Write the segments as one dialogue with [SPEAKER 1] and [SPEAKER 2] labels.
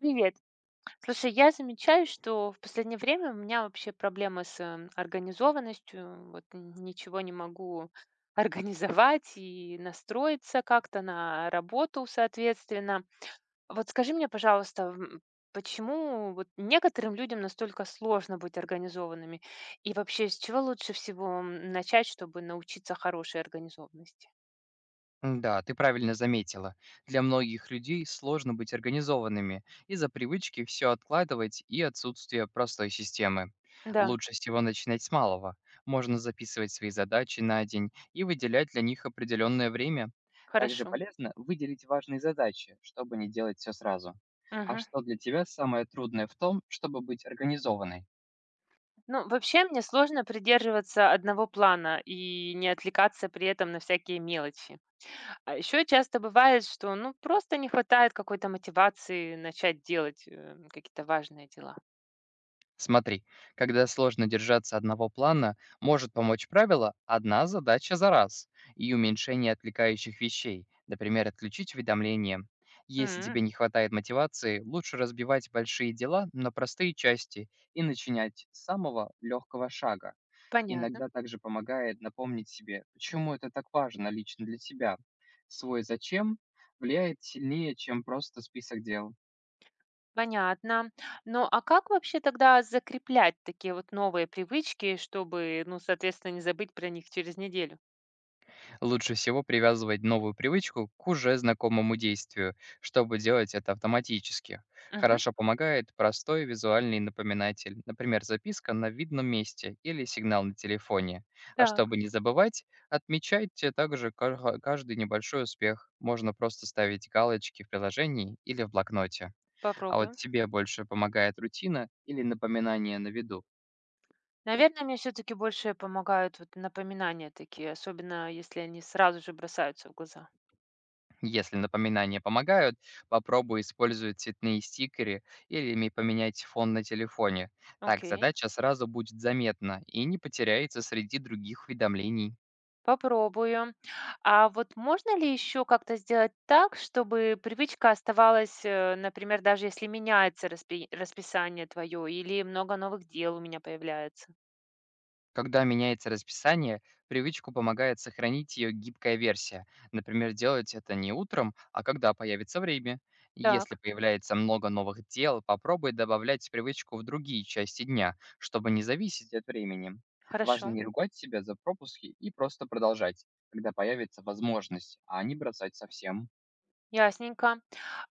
[SPEAKER 1] Привет. Слушай, я замечаю, что в последнее время у меня вообще проблемы с организованностью. Вот ничего не могу организовать и настроиться как-то на работу, соответственно. Вот скажи мне, пожалуйста, почему вот некоторым людям настолько сложно быть организованными? И вообще, с чего лучше всего начать, чтобы научиться хорошей организованности?
[SPEAKER 2] Да, ты правильно заметила. Для многих людей сложно быть организованными из-за привычки все откладывать и отсутствия простой системы.
[SPEAKER 1] Да,
[SPEAKER 2] Лучше всего начинать с малого. Можно записывать свои задачи на день и выделять для них определенное время. Также
[SPEAKER 1] хорошо.
[SPEAKER 2] полезно выделить важные задачи, чтобы не делать все сразу. А
[SPEAKER 1] Мгм.
[SPEAKER 2] что для тебя самое трудное в том, чтобы быть организованной?
[SPEAKER 1] Ну, вообще мне сложно придерживаться одного плана и не отвлекаться при этом на всякие мелочи. А еще часто бывает, что ну просто не хватает какой-то мотивации начать делать какие-то важные дела.
[SPEAKER 2] Смотри, когда сложно держаться одного плана, может помочь правило «одна задача за раз» и уменьшение отвлекающих вещей, например, отключить уведомления. Если
[SPEAKER 1] М,
[SPEAKER 2] тебе не хватает мотивации, лучше разбивать большие дела на простые части и начинать с самого легкого шага.
[SPEAKER 1] Понятно,
[SPEAKER 2] Иногда также помогает напомнить себе, почему это так важно лично для тебя. Свой «зачем» влияет сильнее, чем просто список дел.
[SPEAKER 1] понятно. Ну, а как вообще тогда закреплять такие вот новые привычки, чтобы, ну, соответственно, не забыть про них через неделю?
[SPEAKER 2] Лучше всего привязывать новую привычку к уже знакомому действию, чтобы делать это автоматически.
[SPEAKER 1] Мгм.
[SPEAKER 2] Хорошо помогает простой визуальный напоминатель, например, записка на видном месте или сигнал на телефоне. А
[SPEAKER 1] Так,
[SPEAKER 2] чтобы не забывать, отмечайте также каждый небольшой успех. Можно просто ставить галочки в приложении или в блокноте. А вот
[SPEAKER 1] попробуем.
[SPEAKER 2] тебе больше помогает рутина или напоминание на виду?
[SPEAKER 1] Наверное, мне все-таки больше помогают вот напоминания такие, особенно если они сразу же бросаются в глаза.
[SPEAKER 2] Если напоминания помогают, попробуй использовать цветные стикеры или поменять фон на телефоне. Так
[SPEAKER 1] Окей,
[SPEAKER 2] задача сразу будет заметна и не потеряется среди других уведомлений.
[SPEAKER 1] попробую. А вот можно ли еще как-то сделать так, чтобы привычка оставалась, например, даже если меняется расписание твое или много новых дел у меня появляется?
[SPEAKER 2] Когда меняется расписание, привычку помогает сохранить ее гибкая версия. Например, делать это не утром, а когда появится время. Если
[SPEAKER 1] Так,
[SPEAKER 2] появляется много новых дел, попробуй добавлять привычку в другие части дня, чтобы не зависеть от времени. Важно
[SPEAKER 1] хорошо,
[SPEAKER 2] не ругать себя за пропуски и просто продолжать, когда появится возможность, а не бросать совсем.
[SPEAKER 1] ясненько.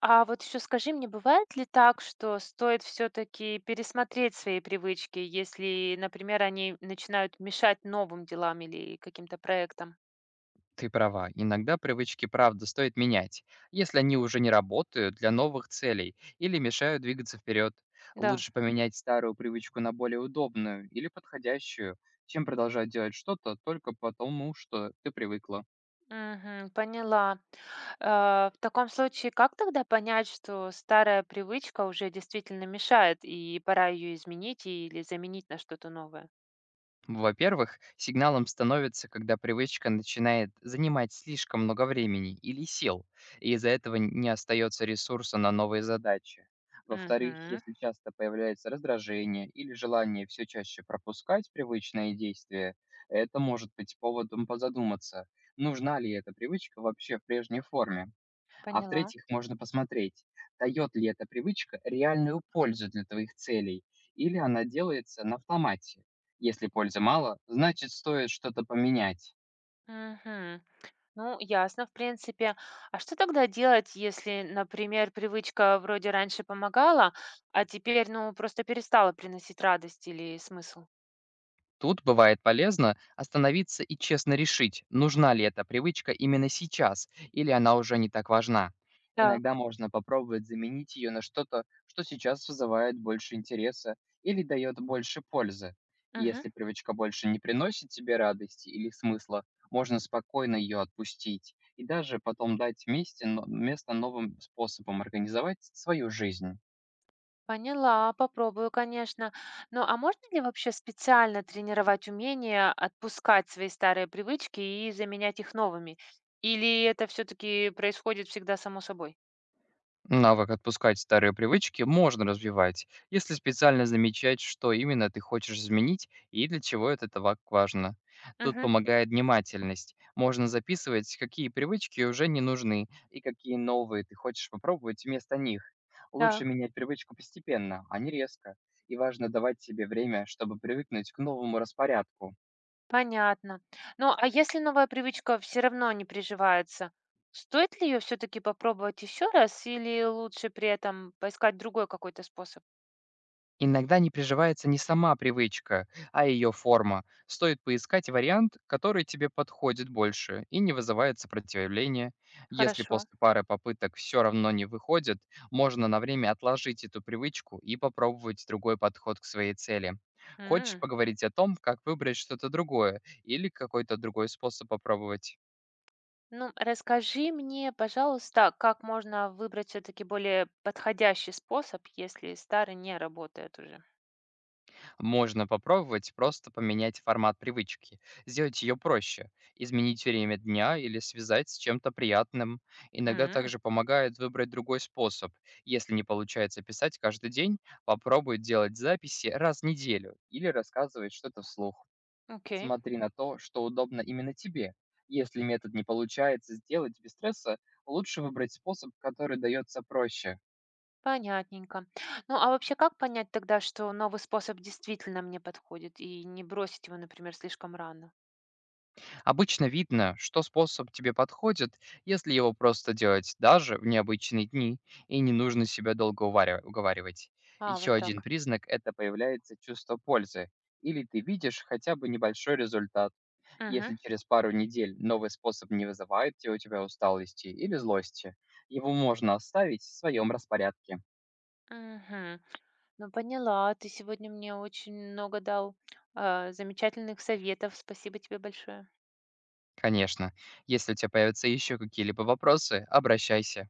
[SPEAKER 1] А вот еще скажи мне, бывает ли так, что стоит все-таки пересмотреть свои привычки, если, например, они начинают мешать новым делам или каким-то проектам?
[SPEAKER 2] Ты права, иногда привычки правда стоит менять, если они уже не работают для новых целей или мешают двигаться вперед.
[SPEAKER 1] Да.
[SPEAKER 2] Лучше поменять старую привычку на более удобную или подходящую, чем продолжать делать что-то только потому, что ты привыкла.
[SPEAKER 1] Мгм. Поняла. В таком случае, как тогда понять, что старая привычка уже действительно мешает, и пора ее изменить или заменить на что-то новое?
[SPEAKER 2] Во-первых, сигналом становится, когда привычка начинает занимать слишком много времени или сил, и из-за этого не остается ресурса на новые задачи. Во-вторых,
[SPEAKER 1] Мгм.
[SPEAKER 2] если часто появляется раздражение или желание все чаще пропускать привычные действия, это может быть поводом позадуматься, нужна ли эта привычка вообще в прежней форме. А
[SPEAKER 1] Поняла.
[SPEAKER 2] в-третьих, можно посмотреть, дает ли эта привычка реальную пользу для твоих целей, или она делается на автомате. Если пользы мало, значит стоит что-то поменять.
[SPEAKER 1] Мгм. Ну, ясно, в принципе. А что тогда делать, если, например, привычка вроде раньше помогала, а теперь, ну, просто перестала приносить радость или смысл?
[SPEAKER 2] Тут бывает полезно остановиться и честно решить, нужна ли эта привычка именно сейчас, или она уже не так важна.
[SPEAKER 1] Так.
[SPEAKER 2] Иногда можно попробовать заменить ее на что-то, что сейчас вызывает больше интереса или дает больше пользы. И
[SPEAKER 1] Мгм.
[SPEAKER 2] если привычка больше не приносит тебе радости или смысла, можно спокойно ее отпустить и даже потом дать месте, место новым способам организовать свою жизнь.
[SPEAKER 1] Поняла, попробую, конечно. Ну, а можно ли вообще специально тренировать умение отпускать свои старые привычки и заменять их новыми? Или это все-таки происходит всегда само собой?
[SPEAKER 2] Навык отпускать старые привычки можно развивать, если специально замечать, что именно ты хочешь изменить и для чего это так важно. Тут
[SPEAKER 1] Угу,
[SPEAKER 2] помогает внимательность. Можно записывать, какие привычки уже не нужны и какие новые ты хочешь попробовать вместо них. Лучше
[SPEAKER 1] так,
[SPEAKER 2] менять привычку постепенно, а не резко. И важно давать себе время, чтобы привыкнуть к новому распорядку.
[SPEAKER 1] понятно. Ну, а если новая привычка все равно не приживается, стоит ли ее все-таки попробовать еще раз или лучше при этом поискать другой какой-то способ?
[SPEAKER 2] Иногда не приживается не сама привычка, а ее форма. Стоит поискать вариант, который тебе подходит больше и не вызывает сопротивления. Если
[SPEAKER 1] Хорошо.
[SPEAKER 2] после пары попыток все равно не выходит, можно на время отложить эту привычку и попробовать другой подход к своей цели. Хочешь
[SPEAKER 1] М.
[SPEAKER 2] поговорить о том, как выбрать что-то другое или какой-то другой способ попробовать?
[SPEAKER 1] Ну, расскажи мне, пожалуйста, как можно выбрать все-таки более подходящий способ, если старый не работает уже?
[SPEAKER 2] Можно попробовать просто поменять формат привычки, сделать ее проще, изменить время дня или связать с чем-то приятным. Иногда
[SPEAKER 1] М,
[SPEAKER 2] также помогает выбрать другой способ. Если не получается писать каждый день, попробуй делать записи раз в неделю или рассказывать что-то вслух.
[SPEAKER 1] Окей,
[SPEAKER 2] Смотри на то, что удобно именно тебе. Если метод не получается сделать без стресса, лучше выбрать способ, который дается проще.
[SPEAKER 1] понятненько. Ну, а вообще, как понять тогда, что новый способ действительно мне подходит, и не бросить его, например, слишком рано?
[SPEAKER 2] Обычно видно, что способ тебе подходит, если его просто делать даже в необычные дни, и не нужно себя долго уговаривать.
[SPEAKER 1] А, вот
[SPEAKER 2] Еще один
[SPEAKER 1] так.
[SPEAKER 2] признак– это появляется чувство пользы. Или ты видишь хотя бы небольшой результат,
[SPEAKER 1] Угу.
[SPEAKER 2] если через пару недель новый способ не вызывает те у тебя усталости или злости. Его можно оставить в своем распорядке.
[SPEAKER 1] Угу. Ну, поняла. Ты сегодня мне очень много дал замечательных советов. Спасибо тебе большое.
[SPEAKER 2] Конечно, если у тебя появятся еще какие-либо вопросы, обращайся.